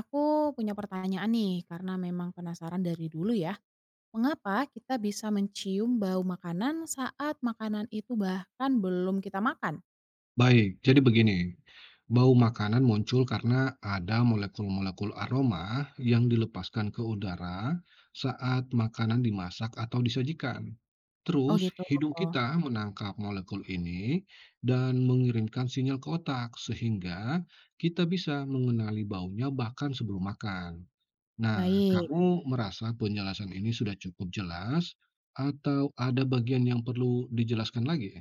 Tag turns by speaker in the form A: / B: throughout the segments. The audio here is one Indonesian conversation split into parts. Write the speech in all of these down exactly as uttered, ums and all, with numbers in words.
A: Aku punya pertanyaan nih, karena memang penasaran dari dulu ya. Mengapa kita bisa mencium bau makanan saat makanan itu bahkan belum kita makan?
B: Baik, jadi begini, bau makanan muncul karena ada molekul-molekul aroma yang dilepaskan ke udara saat makanan dimasak atau disajikan.
A: Oh
B: Terus,
A: gitu.
B: hidung kita menangkap molekul ini dan mengirimkan sinyal ke otak, sehingga kita bisa mengenali baunya bahkan sebelum makan. Nah,
A: Baik.
B: kamu merasa penjelasan ini sudah cukup jelas, atau ada bagian yang perlu dijelaskan lagi?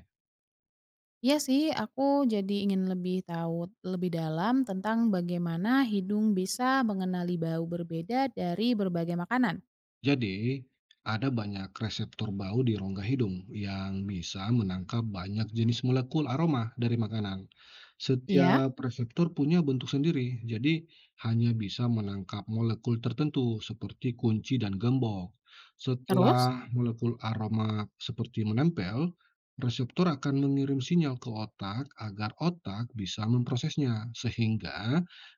A: Iya sih, aku jadi ingin lebih tahu lebih dalam tentang bagaimana hidung bisa mengenali bau berbeda dari berbagai makanan.
B: Jadi, ada banyak reseptor bau di rongga hidung yang bisa menangkap banyak jenis molekul aroma dari makanan.
A: Iya,
B: Setiap reseptor punya bentuk sendiri, jadi hanya bisa menangkap molekul tertentu seperti kunci dan gembok.
A: terus?
B: Setelah molekul aroma seperti menempel, reseptor akan mengirim sinyal ke otak agar otak bisa memprosesnya, sehingga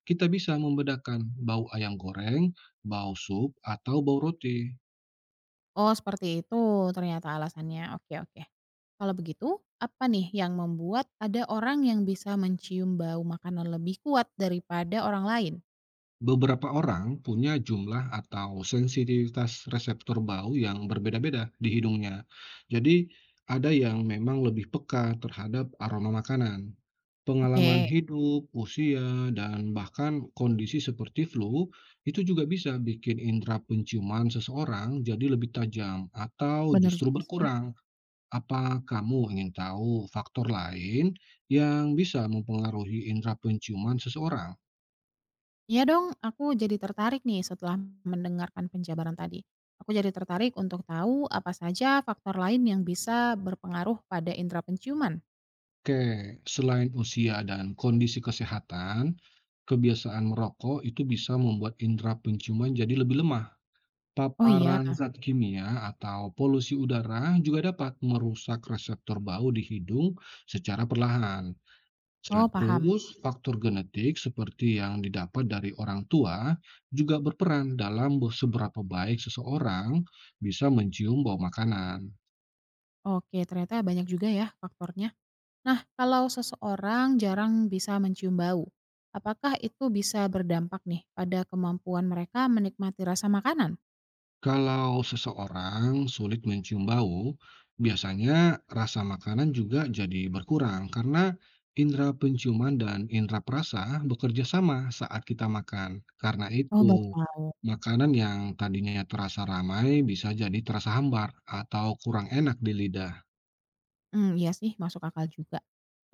B: kita bisa membedakan bau ayam goreng, bau sup, atau bau roti.
A: Oh, seperti itu ternyata alasannya. Oke, oke. Kalau begitu, apa nih yang membuat ada orang yang bisa mencium bau makanan lebih kuat daripada orang lain?
B: Beberapa orang punya jumlah atau sensitivitas reseptor bau yang berbeda-beda di hidungnya. Jadi, ada yang memang lebih peka terhadap aroma makanan.
A: Oke,
B: Pengalaman hidup, usia, dan bahkan kondisi seperti flu itu juga bisa bikin indera penciuman seseorang jadi lebih tajam atau
A: bener
B: justru
A: juga sih.
B: berkurang. Apa kamu ingin tahu faktor lain yang bisa mempengaruhi indera penciuman seseorang?
A: Iya dong, aku jadi tertarik nih setelah mendengarkan penjabaran tadi. Aku jadi tertarik untuk tahu apa saja faktor lain yang bisa berpengaruh pada indera penciuman.
B: Oke, selain usia dan kondisi kesehatan, kebiasaan merokok itu bisa membuat indera penciuman jadi lebih lemah.
A: Oh iya,
B: Paparan zat kimia atau polusi udara juga dapat merusak reseptor bau di hidung secara perlahan.
A: oh paham.
B: Terus, faktor genetik seperti yang didapat dari orang tua juga berperan dalam seberapa baik seseorang bisa mencium bau makanan.
A: Oke, ternyata banyak juga ya faktornya. Nah, kalau seseorang jarang bisa mencium bau, apakah itu bisa berdampak nih pada kemampuan mereka menikmati rasa makanan?
B: Kalau seseorang sulit mencium bau, biasanya rasa makanan juga jadi berkurang karena indera penciuman dan indera perasa bekerja sama saat kita makan. Karena
A: Oh,
B: itu,
A: baru tahu.
B: makanan yang tadinya terasa ramai bisa jadi terasa hambar atau kurang enak di lidah.
A: Hmm, iya sih, masuk akal juga.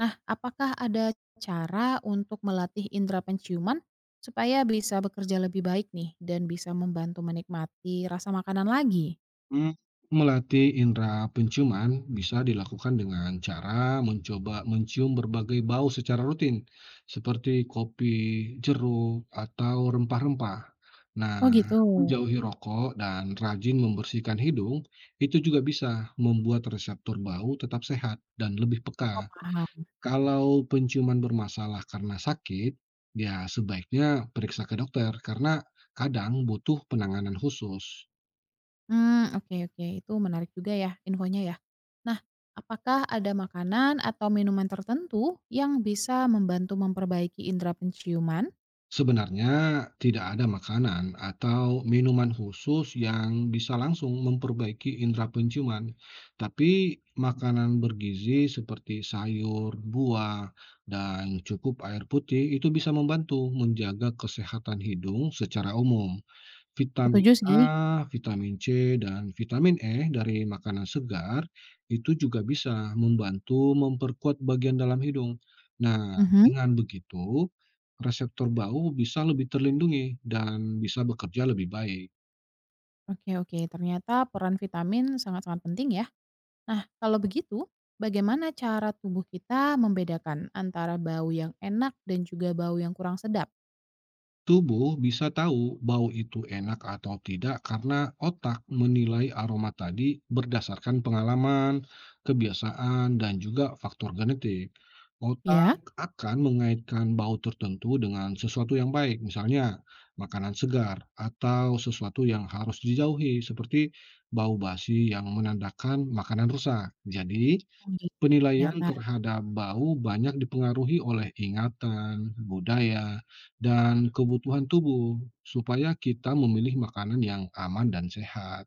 A: Nah, apakah ada cara untuk melatih indera penciuman supaya bisa bekerja lebih baik nih dan bisa membantu menikmati rasa makanan lagi?
B: Mmm, melatih indera penciuman bisa dilakukan dengan cara mencoba mencium berbagai bau secara rutin, seperti kopi, jeruk, atau rempah-rempah. Nah,
A: Oh, gitu.
B: menjauhi rokok dan rajin membersihkan hidung, itu juga bisa membuat reseptor bau tetap sehat dan lebih
A: Oh,
B: peka.
A: paham.
B: Kalau penciuman bermasalah karena sakit, ya sebaiknya periksa ke dokter karena kadang butuh penanganan khusus.
A: Hmm, oke oke, itu menarik juga ya infonya ya. Nah, apakah ada makanan atau minuman tertentu yang bisa membantu memperbaiki indera penciuman?
B: Sebenarnya tidak ada makanan atau minuman khusus yang bisa langsung memperbaiki indera penciuman, tapi makanan bergizi seperti sayur, buah, dan cukup air putih itu bisa membantu menjaga kesehatan hidung secara umum. Vitamin
A: Setuju
B: A,
A: sih.
B: vitamin C, dan vitamin E dari makanan segar itu juga bisa membantu memperkuat bagian dalam hidung. Nah,
A: Mhm.
B: dengan begitu, reseptor bau bisa lebih terlindungi dan bisa bekerja lebih baik.
A: Oke oke, ternyata peran vitamin sangat-sangat penting ya. Nah, kalau begitu bagaimana cara tubuh kita membedakan antara bau yang enak dan juga bau yang kurang sedap?
B: Tubuh bisa tahu bau itu enak atau tidak karena otak menilai aroma tadi berdasarkan pengalaman, kebiasaan, dan juga faktor genetik.
A: Ya.
B: Otak akan mengaitkan bau tertentu dengan sesuatu yang baik, misalnya makanan segar, atau sesuatu yang harus dijauhi, seperti bau basi yang menandakan makanan rusak. Jadi,
A: Oh, gitu
B: penilaian
A: ternyata.
B: terhadap bau banyak dipengaruhi oleh ingatan, budaya, dan kebutuhan tubuh, supaya kita memilih makanan yang aman dan sehat.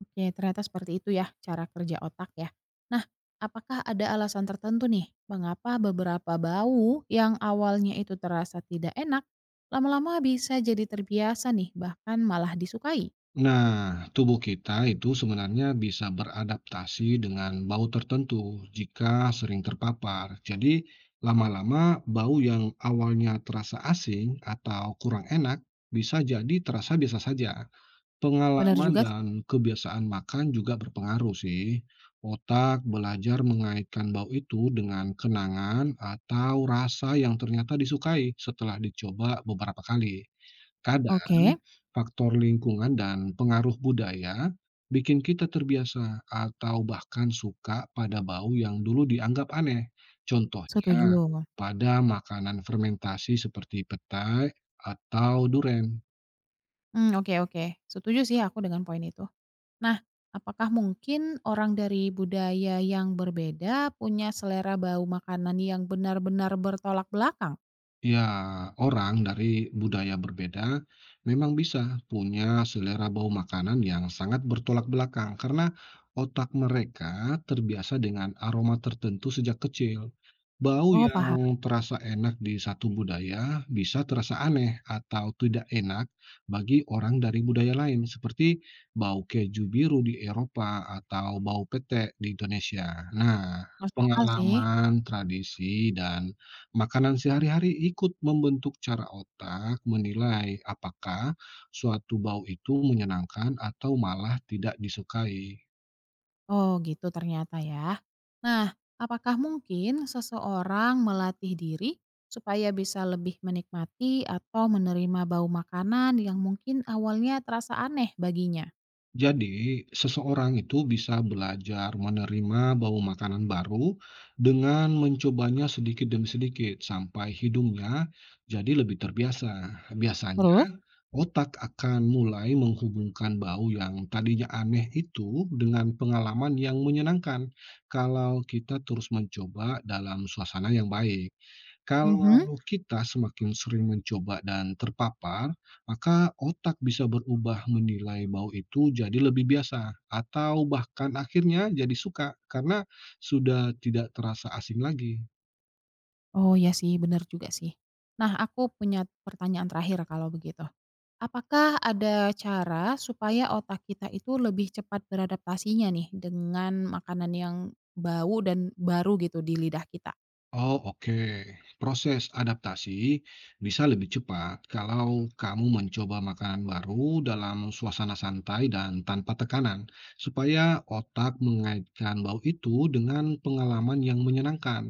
A: Oke, ternyata seperti itu ya cara kerja otak ya. Nah, apakah ada alasan tertentu nih mengapa beberapa bau yang awalnya itu terasa tidak enak, lama-lama bisa jadi terbiasa nih, bahkan malah disukai?
B: Nah, tubuh kita itu sebenarnya bisa beradaptasi dengan bau tertentu jika sering terpapar. Jadi, lama-lama bau yang awalnya terasa asing atau kurang enak bisa jadi terasa biasa saja.
A: Benar
B: Pengalaman
A: juga
B: dan
A: sih.
B: kebiasaan makan juga berpengaruh sih. Otak belajar mengaitkan bau itu dengan kenangan atau rasa yang ternyata disukai setelah dicoba beberapa kali. Kadang,
A: Oke,
B: faktor lingkungan dan pengaruh budaya bikin kita terbiasa atau bahkan suka pada bau yang dulu dianggap aneh. Contohnya,
A: setuju.
B: pada makanan fermentasi seperti petai atau duren.
A: Hmm, oke oke. Setuju sih aku dengan poin itu. Nah, apakah mungkin orang dari budaya yang berbeda punya selera bau makanan yang benar-benar bertolak belakang?
B: Ya, orang dari budaya berbeda memang bisa punya selera bau makanan yang sangat bertolak belakang karena otak mereka terbiasa dengan aroma tertentu sejak kecil. Bau
A: Oh, paham.
B: yang terasa enak di satu budaya bisa terasa aneh atau tidak enak bagi orang dari budaya lain, seperti bau keju biru di Eropa atau bau pete di Indonesia. Nah,
A: Masuk akal sih.
B: pengalaman, tradisi, dan makanan sehari-hari ikut membentuk cara otak menilai apakah suatu bau itu menyenangkan atau malah tidak disukai.
A: Oh, gitu ternyata ya. Nah, apakah mungkin seseorang melatih diri supaya bisa lebih menikmati atau menerima bau makanan yang mungkin awalnya terasa aneh baginya?
B: Jadi, seseorang itu bisa belajar menerima bau makanan baru dengan mencobanya sedikit demi sedikit sampai hidungnya jadi lebih terbiasa. Biasanya,
A: Terus?
B: otak akan mulai menghubungkan bau yang tadinya aneh itu dengan pengalaman yang menyenangkan kalau kita terus mencoba dalam suasana yang baik.
A: Mhm.
B: Kalau kita semakin sering mencoba dan terpapar, maka otak bisa berubah menilai bau itu jadi lebih biasa atau bahkan akhirnya jadi suka karena sudah tidak terasa asing lagi.
A: Oh ya sih, benar juga sih. Nah, aku punya pertanyaan terakhir kalau begitu. Apakah ada cara supaya otak kita itu lebih cepat beradaptasinya nih dengan makanan yang bau dan baru gitu di lidah kita?
B: Oh, oke. Proses adaptasi bisa lebih cepat kalau kamu mencoba makanan baru dalam suasana santai dan tanpa tekanan, supaya otak mengaitkan bau itu dengan pengalaman yang menyenangkan.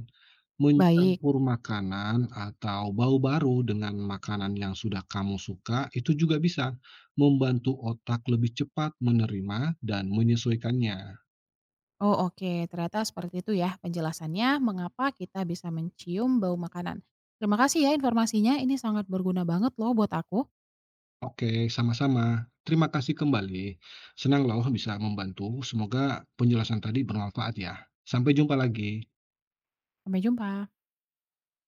A: Baik.
B: Mencampur makanan atau bau baru dengan makanan yang sudah kamu suka itu juga bisa membantu otak lebih cepat menerima dan menyesuaikannya.
A: Oh oke, ternyata seperti itu ya penjelasannya mengapa kita bisa mencium bau makanan. Terima kasih ya informasinya, ini sangat berguna banget loh buat aku.
B: Oke, sama-sama. Terima kasih kembali. Senang loh bisa membantu. Semoga penjelasan tadi bermanfaat ya. Sampai jumpa lagi.
A: Sampai jumpa.